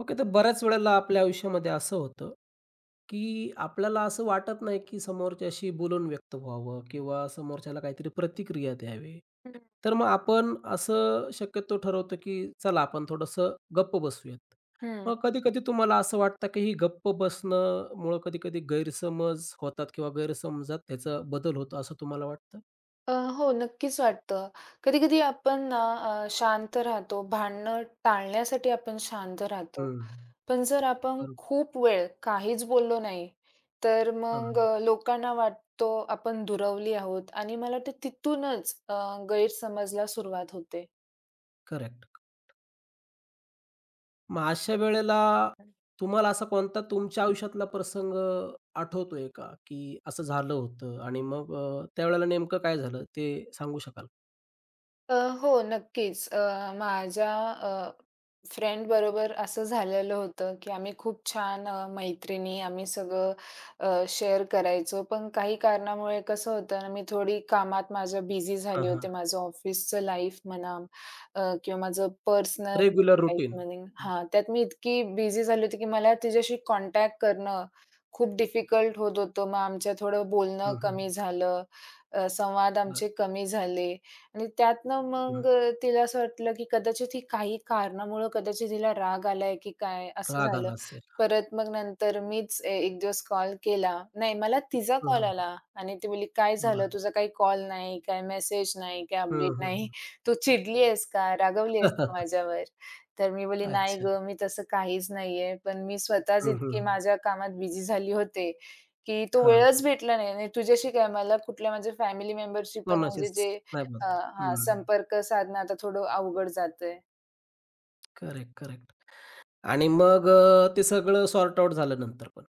Okay. तर बऱ्याच वेळेला आपल्या आयुष्यामध्ये असं होतं, की आपल्याला असं वाटत नाही, की समोरच्याशी बोलून व्यक्त व्हावं किंवा समोरच्याला काहीतरी प्रतिक्रिया द्यावी. हं, तर मग आपण असं शक्यतो ठरवतो, की चला आपण थोडंसं गप्प बसूयात. हं. मग कधी-कधी तुम्हाला असं वाटतं, की ही गप्प बसणं मुळं कधी-कधी गैरसमज होतात किंवा गैरसमजात त्याचा बदल होतो असं तुम्हाला वाटतं? हो, नक्कीच वाटतं. कधी-कधी आपण ना शांत राहतो, भांडणं टाळण्यासाठी आपण शांत राहतो. हं. पण जर आपण बरोबर. खूप वेळ काहीच बोललो नाही, तर मग हां. लोकांना वाटतो आपण दुरावली आहोत आणि मला वाटतं तिथूनच गैरसमजला सुरुवात होते. करेक्ट. मग अशा वेळेला तुम्हाला असा कोणता तुमच्या आयुष्यातला प्रसंग आठवतोय का? की असं झालं होतं आणि मग त्यावेळेला नेमकं काय झालं ते सांगू शकाल? अ, हो, नक्कीच. माझ्या फ्रेंडबरोबर असं झालेलं होतं, की आम्ही खूप छान मैत्रिणी आम्ही सगळं शेअर करायचो. पण काही कारणामुळे कसं होतं ना, मी थोडी कामात माझ्या बिझी हां, झाले हां. होते. माझं ऑफिसचं लाईफ म्हणा किंवा माझं पर्सनल रेग्युलर लाईफ रुटीन. म्हणेन हं, हां, त्यात मी इतकी बिझी झाली होती, की मला तिच्याशी कॉन्टॅक्ट करणं खूप डिफिकल्ट होत होतं. मग आमचं थोडं बोलणं हं, हं. कमी झालं, संवाद बरं. आमचे कमी झाले. आणि त्यातनं मग हं. तिला असं वाटलं, की कदाचित ही काही कारणामुळं कदाचित हिला राग आलाय, की काय असं राग झालं. आला असेल. परत मग नंतर मीच एक दिवस कॉल केला. नाही, मला तिचा हं, कॉल हं. आला आणि ती बोलली, "काय झालं? बरं. तुझा काही कॉल नाही, काय मेसेज नाही, काय हं, अपडेट हं, हं. नाही. तू चिडली आहेस का? रागावली आहेस का माझ्यावर?" तर मी बोलली, "नाही अच्छा. गं, मी तसं काहीच नाहीये. पण मी स्वतःच हं, हं. इतकी माझ्या कामात बिझी झाली होते, की तो हां. वेळच भेटला नाही आणि तुझ्याशी काय मला कुठल्या माझ्या फॅमिली मेंबरशी पण म्हणजे कोणाशीच जे नाही अ, बोलता. हां, हं. संपर्क साधणं आता थोडं अवघड जातंय. Correct, correct. आणि मग ते सगळं सॉर्ट आउट झालं नंतर पण.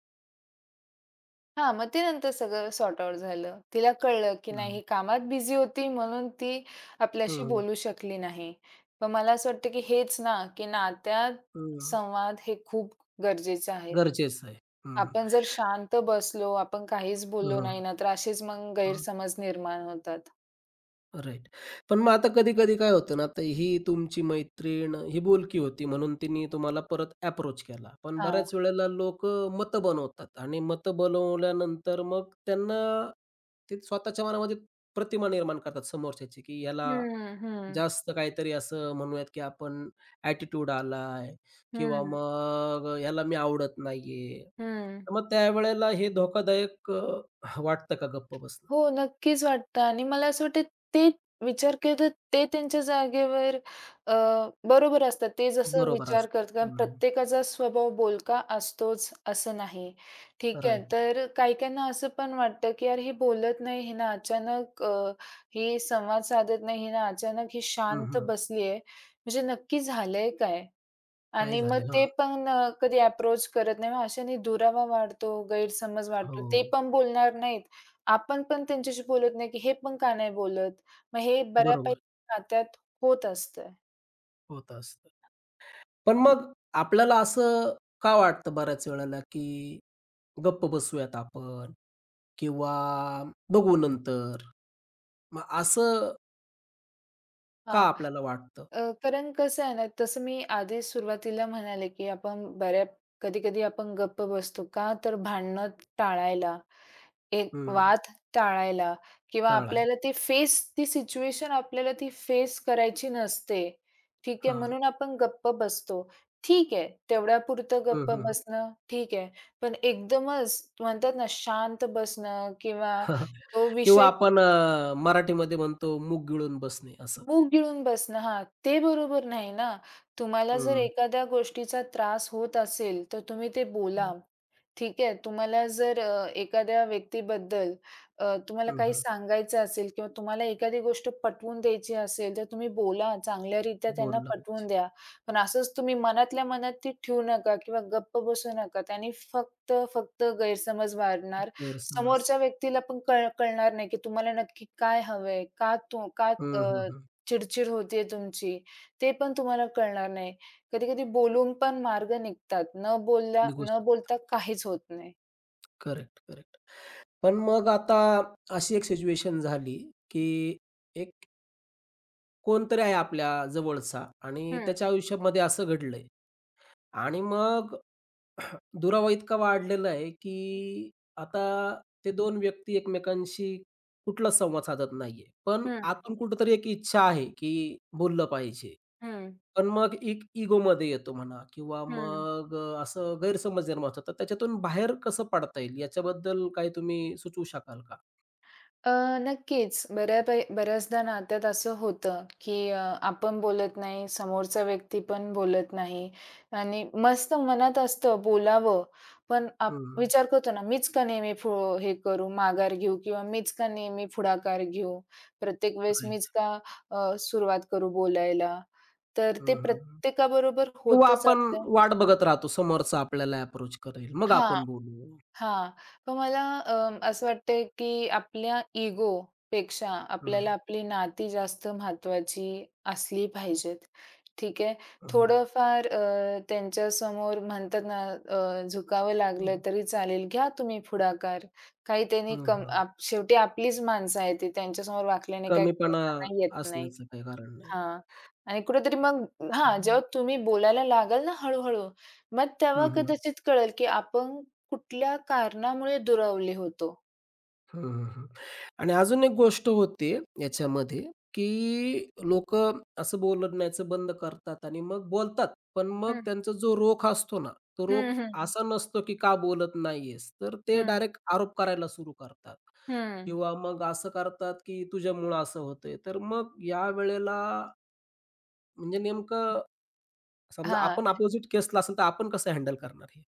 हां, मग ते नंतर सगळं सॉर्ट आउट झालं. तिला कळलं, की नाही हं. ही कामात बिझी होती म्हणून ती आपल्याशी हं, हं. बोलू शकली नाही. पण मला असं वाटतं, की हेच ना, की नात्यात हं. संवाद हे खूप गरजेचं आहे. गरजेचं आहे. हं, हं. आपण जर शांत बसलो, आपण काहीच बोललो नाही ना, तर असेच मग हं, गैरसमज निर्माण होतात. राइट. पण मग आता कधी-कधी काय होतं ना, आता ही तुमची मैत्रीण ही बोलकी होती म्हणून तिने तुम्हाला परत अप्रोच केला. पण हां. बऱ्याच वेळेला लोक मतं बनवतात आणि मतं बनवल्यानंतर मग त्यांना ते स्वतःच्या मनामध्ये प्रतिमा निर्माण करतात समोरच्याची, की ह्याला हं, हं, जास्त काहीतरी असं म्हणूयात, की आपण ॲटिट्यूड आलाय किंवा हं, मग ह्याला मी आवडत नाहीये. हं. तर मग त्यावेळेला हे धोकादायक वाटतं का गप्प बसणं? हो, नक्कीच वाटतं आणि मला असं वाटतं ते विचार केले, ते त्यांच्या जागेवर अ, बरोबर असतात. ते जसं बरोबर विचार असतं. करतात कारण हं, प्रत्येकाचा स्वभाव बोलका असतोच असं नाही. ठीक आहे. तर काही-काहींना असं पण वाटतं, की "यार, ही बोलत नाही, हिनं अचानक ही संवाद साधत नाही, हिनं अचानक ही हं, शांत हं. बसली आहे, म्हणजे नक्की झालंय काय?" काय आणि मग झालंय? ते हां. पण कधी अप्रोच करत नाही. मग अशाने दुरावा वाढतो, गैरसमज वाढतो. ते हो. पण बोलणार नाहीत. आपण पण त्यांच्याशी बोलत नाही, की हे पण का नाही बोलत? मग हे बरोबर. बऱ्यापैकी नात्यात होत असतं. होत असतं. पण मग आपल्याला असं का वाटतं बऱ्याच वेळेला, की गप्प बसूयात आपण किंवा बघू नंतर. मग असं का हां. आपल्याला वाटतं? कारण कसं आहे ना, तसं मी आधी सुरुवातीला म्हणाले, की आपण बऱ्या कधी-कधी आपण गप्प बसतो. का? तर भांडणं टाळायला. एक हं. वाद टाळायला किंवा टाळायला. आपल्याला ते फेस ती सिच्युएशन आपल्याला ती फेस करायची नसते. ठीक आहे, हां. म्हणून आपण गप्प बसतो. ठीक आहे, तेवढ्यापुरतं हं, गप्प हं. बसणं ठीक आहे. पण एकदमच म्हणतात ना शांत बसणं किंवा तो किंवा विषय आपण मराठीमध्ये म्हणतो मूक गिळून बसणे असं. मूग गिळून बसणं हां, ते बरोबर नाही ना. तुम्हाला जर हं. एखाद्या गोष्टीचा त्रास होत असेल, तर तुम्ही ते हं, बोला. ठीक आहे. तुम्हाला जर एखाद्या व्यक्तीबद्दल तुम्हाला हं, काही हं. सांगायचं असेल किंवा तुम्हाला एखादी गोष्ट पटवून द्यायची असेल, तर तुम्ही बोला. चांगल्यारीत्या त्यांना बोललं पटवून पाहिजे. द्या. पण असंच तुम्ही मनातल्या मनात ती ठेवू नका किंवा गप्प बसू नका. त्याने फक्त गैरसमज वाढणार. गैरसमज. समोरच्या व्यक्तीला पण कळणार नाही, की तुम्हाला नक्की काय हवंय? का तू का हं, हं, अ, हं. चिड-चिड होतीये तुमची, ते पण तुम्हाला कळणार नाही. कधी-कधी बोलून पण मार्ग निघतात. निघू न शकतात. बोलता काहीच होत नाही. Correct, correct. पण मग आता अशी एक सिच्युएशन झाली, की एक कोणतरी आहे आपल्या जवळचा आणि हं, त्याच्या आयुष्यामध्ये असं घडलंय आणि मग दुरावा इतका वाढलेला आहे, की आता ते दोन व्यक्ती एकमेकांशी कुठलाच संवाद साधत नाहीये. पण हं, आतून कुठेतरी एक इच्छा आहे, की बोललं पाहिजे. हं, पण मग एक इगोमध्ये येतो म्हणा किंवा हं. मग असं गैरसमज निर्माण होतात. तर त्याच्यातून बाहेर कसं पडता येईल याच्याबद्दल काही तुम्ही सुचवू शकाल का? अ, नक्कीच. बऱ्याचदा नात्यात असं होतं, की आपण बोलत नाही, समोरचा व्यक्ती पण बोलत नाही आणि मस्त मनात असतं बोलावं, पण हं. विचार करतो ना, मीच का नेहमी हे करू, माघार घेऊ किंवा मीच का नेहमी पुढाकार घेऊ, प्रत्येक वेळेस मीच राइट. का सुरुवात करू बोलायला. तर ते हं, हं, हं. प्रत्येकाबरोबर किंवा होतच आपण असतं. वाट बघत राहतो समोरचा आपल्याला अप्रोच करेल, मग हां. आपण बोलू. हां. पण मला असं वाटतंय, की आपल्या इगोपेक्षा हं, आपल्याला आपली नाती जास्त महत्वाची असली पाहिजेत. ठीक आहे. हं, हं, थोडंफार त्यांच्यासमोर म्हणतात ना, झुकावं लागलं हं, तरी चालेल, घ्या तुम्ही पुढाकार. काही त्यांनी हं, कम हं. आप शेवटी आपलीच माणसं आहेत ती, त्यांच्यासमोर वाकल्याने काही कमीपणा कळणार नाही येत नाही. असण्याचं काही कारण नाही. हां. आणि कुठेतरी मग हां, हं. जेव्हा तुम्ही बोलायला लागाल ना हळू-हळू, मग तेव्हा हं, हं. कदाचित कळेल, की आपण कुठल्या कारणामुळे दुरावले होतो. हं, हं, आणि अजून एक गोष्ट होते याच्यामध्ये, की लोकं असं बोलण्याचं बंद करतात आणि मग बोलतात. पण मग हं. त्यांचा जो रोख असतो ना, तो हं, रोख हं, हं. असा नसतो की का बोलत नाहीयेस? तर ते हं, डायरेक्ट आरोप करायला सुरू करतात. हं. किंवा मग असं करतात, की तुझ्यामुळं असं होतंय. तर मग या वेळेला म्हणजे नेमकं समजा हां. आपण अपोझिट केसला असेल, तर आपण कसं हँडल करणार हे?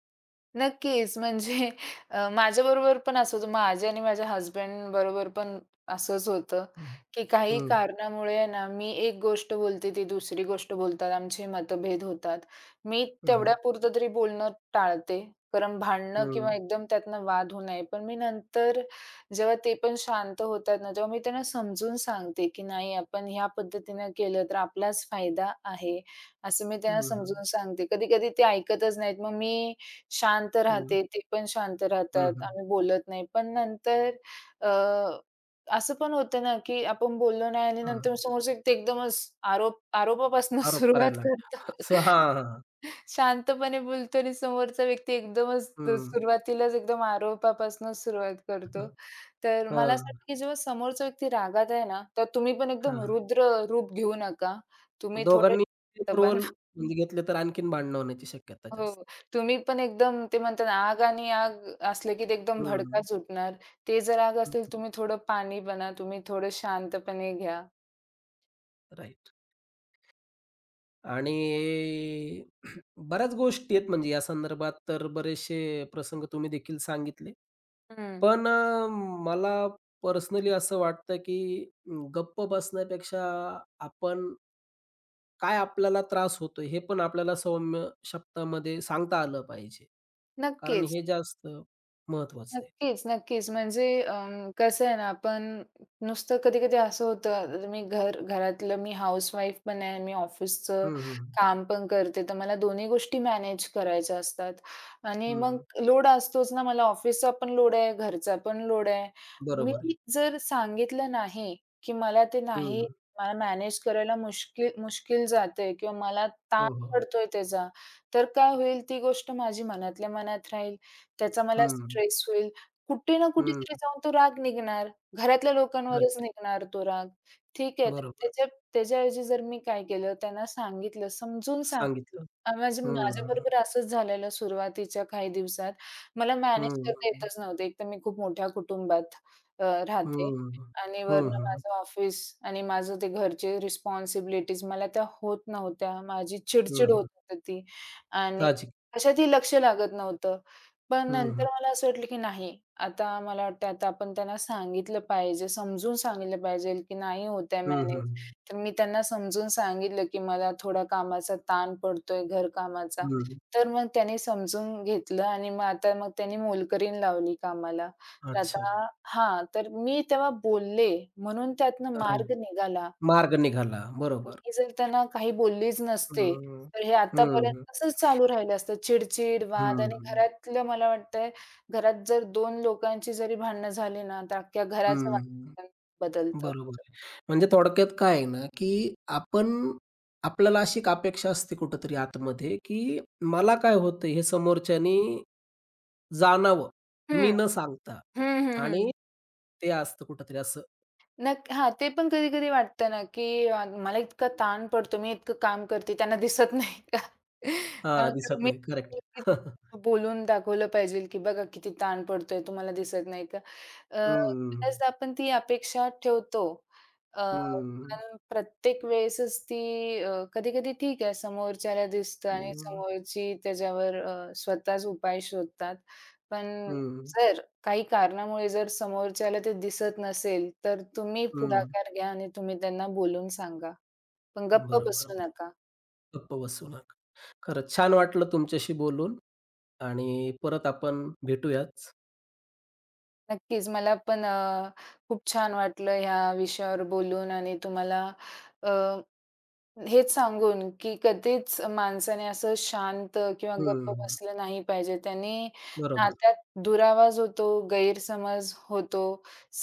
नक्कीच. म्हणजे माझ्याबरोबर पण असं होतं. माझ्या आणि माझ्या हसबंड बरोबर पण असंच होतं, हं, की काही हं, कारणामुळे आहे ना, मी एक गोष्ट बोलते, ती दुसरी गोष्ट बोलतात. आमचे मतभेद होतात. मी हं, हं, तेवढ्यापुरतं तरी बोलणं टाळते. कारण भांडणं हं, किंवा एकदम त्यातनं वाद होऊ नये. पण मी नंतर जेव्हा ते पण शांत होतात ना, तेव्हा मी त्यांना समजून सांगते, की "नाही, आपण ह्या पद्धतीनं केलं तर आपलाच फायदा आहे." असं मी हं, त्यांना हं, समजून सांगते. कधी-कधी ते ऐकतच नाहीत. मग मी शांत हं, राहते, ते पण शांत राहतात. आम्ही बोलत नाही. पण नंतर अ, असं पण होतं ना, की आपण बोललो नाही आणि नंतर समोरचा व्यक्ती एकदमच आरोपापासून आरोप सुरुवात करायला लागले. करतो. सो हां, हां. शांतपणे बोलतो आणि समोरचा व्यक्ती एकदमच तो हं, सुरुवातीलाच एकदम आरोपापासून सुरुवात करतो. हं, तर मला असं वाटतं, की जेव्हा समोरचा व्यक्ती रागात आहे ना, तर तुम्ही पण हां, एकदम हां. रुद्र रूप घेऊ नका. तुम्ही थोडे दोघांनी शांत रोल बना. म्हणजे घेतले तर आणखीन भांडणं होण्याची शक्यता जास्त. हो. तुम्ही पण एकदम ते म्हणतात ना, आग आणि आग असलं की ते एकदम भडका हं, सुटणार. ते जर आग हं, असेल तुम्ही थोडं पाणी बना, तुम्ही थोडं शांतपणे घ्या. राइट. आणि बऱ्याच गोष्टी आहेत म्हणजे या संदर्भात तर बरेचसे प्रसंग तुम्ही देखील सांगितले. हं, पण मला पर्सनली असं वाटतं, की गप्प बसण्यापेक्षा आपण काय आपल्याला त्रास होतो हे पण आपल्याला सौम्य शब्दामध्ये सांगता आलं पाहिजे. कारण नक्कीच. हे जास्त महत्वाचं आहे. नक्कीच. म्हणजे कसं आहे ना, आपण नुसतं कधी-कधी असं होतं, आता मी घरातलं मी हाउसवाईफ पण आहे, मी ऑफिसचं हं, हं, काम पण करते, तर मला दोन्ही गोष्टी मॅनेज करायच्या असतात आणि मग हं. लोड असतोच ना, मला ऑफिसचा पण लोड आहे, घरचा पण लोड आहे. मी बरोबर आहे. जर सांगितलं नाही, की मला ते नाही हं. मला मॅनेज करायला मुश्किल मुश्किल जातंय किंवा मला ताण हो, हो. पडतोय त्याचा, तर काय होईल ती गोष्ट माझी मनातल्या मनात राहील. त्याचा मला हं, स्ट्रेस होईल. कुठे ना कुठेतरी हं. जाऊन तो राग निघणार. घरातल्या लोकांवरच राइट. निघणार तो राग. ठीक आहे, तर बरोबर. त्याच्या त्याच्याऐवजी जर मी काय केलं, त्यांना सांगितलं, समजून सांगितलं. सांगितलं. म्हणजे हं, हं. माझ्याबरोबर असंच झालेलं सुरुवातीच्या काही दिवसात. मला मॅनेज करता येतच नव्हतं. एकतर मी खूप मोठ्या कुटुंबात हं, राहते हं. आणि हं, वरनं हं. माझं ऑफिस आणि माझं ते घरचे रिस्पॉन्सिबिलिटीज मला त्या होत नव्हत्या. माझी चिड होत हं, होती ती आणि साहजिक. कशातही लक्ष लागत नव्हतं. पण हं, नंतर हं. मला असं वाटलं की नाही, आता मला वाटतं आता आपण त्यांना सांगितलं पाहिजे, समजून सांगितलं पाहिजे की नाही होत आहे हं, मॅनेज. हं. तर मी त्यांना समजून सांगितलं की मला थोडा कामाचा ताण पडतोय घरकामाचा. हं. तर मग त्यांनी समजून घेतलं आणि मग आता मग त्यांनी मोलकरीण लावली कामाला. तर अच्छा. आता हां, तर मी तेव्हा बोलले म्हणून त्यातनं मार्ग राईट. निघाला. मार्ग निघाला. आणि बरोबर. मी जर त्यांना काही बोललीच नसते, हं. तर हे हं. आतापर्यंत असंच चालू राहिलं असतं. चिड-चिड, वाद आणि हं. घरातलं मला वाटतंय, घरात जर दोन लोकांची जरी भांडणं झाली ना, तर अख्ख्या घराचं हं. वातावरण बदलतं. बरोबर आहे. म्हणजे थोडक्यात काय आहे ना, की आपण आपल्याला अशी एक अपेक्षा असते कुठेतरी आतमध्ये, की मला काय होतंय हे समोरच्यानी जाणावं, हं. मी न सांगता. हं, हं, हं. आणि ते असतं कुठेतरी असं हां, ते पण कधी-कधी वाटतं ना, की मला इतका ताण पडतो, मी इतकं काम करते, त्यांना दिसत नाही का? हां, तर दिसत मी नाही. करेक्ट. बोलून दाखवलं पाहिजे, की बघा किती ताण पडतोय, तुम्हाला दिसत नाही का? अ, हं. बऱ्याचदा आपण ती अपेक्षा ठेवतो. अ, हं. पण प्रत्येक वेळेसच ती कधी-कधी ठीक आहे, समोरच्याला दिसतं आणि हं, समोरची त्याच्यावर स्वतःच उपाय शोधतात. पण हं, जर काही कारणामुळे जर समोरच्याला ते दिसत नसेल, तर तुम्ही हं. हं. पुढाकार घ्या आणि तुम्ही त्यांना बोलून सांगा. पण गप्प बरोबर. बसू बरोबर. नका. गप्प बसू नका. खरंच छान वाटलं तुमच्याशी बोलून आणि परत आपण भेटूयाच. नक्कीच मला पण खूप छान वाटलं ह्या विषयावर बोलून आणि तुम्हाला अ, हेच सांगून, की कधीच माणसाने असं शांत किंवा गप्प हं, बसलं नाही पाहिजे. त्याने बरोबर. नात्यात दुरावाज होतो, गैरसमज होतो.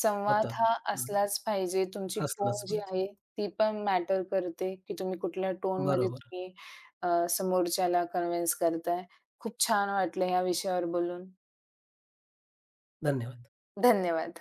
संवाद होतात. हा हं, असलाच पाहिजे. तुमची टोन असलंच जी पाहिजे. आहे, ती पण मॅटर करते, की तुम्ही कुठल्या टोनमध्ये बरोबर. तुम्ही समोरच्याला कन्व्हिन्स करताय. खूप छान वाटलं ह्या विषयावर बोलून. धन्यवाद. धन्यवाद.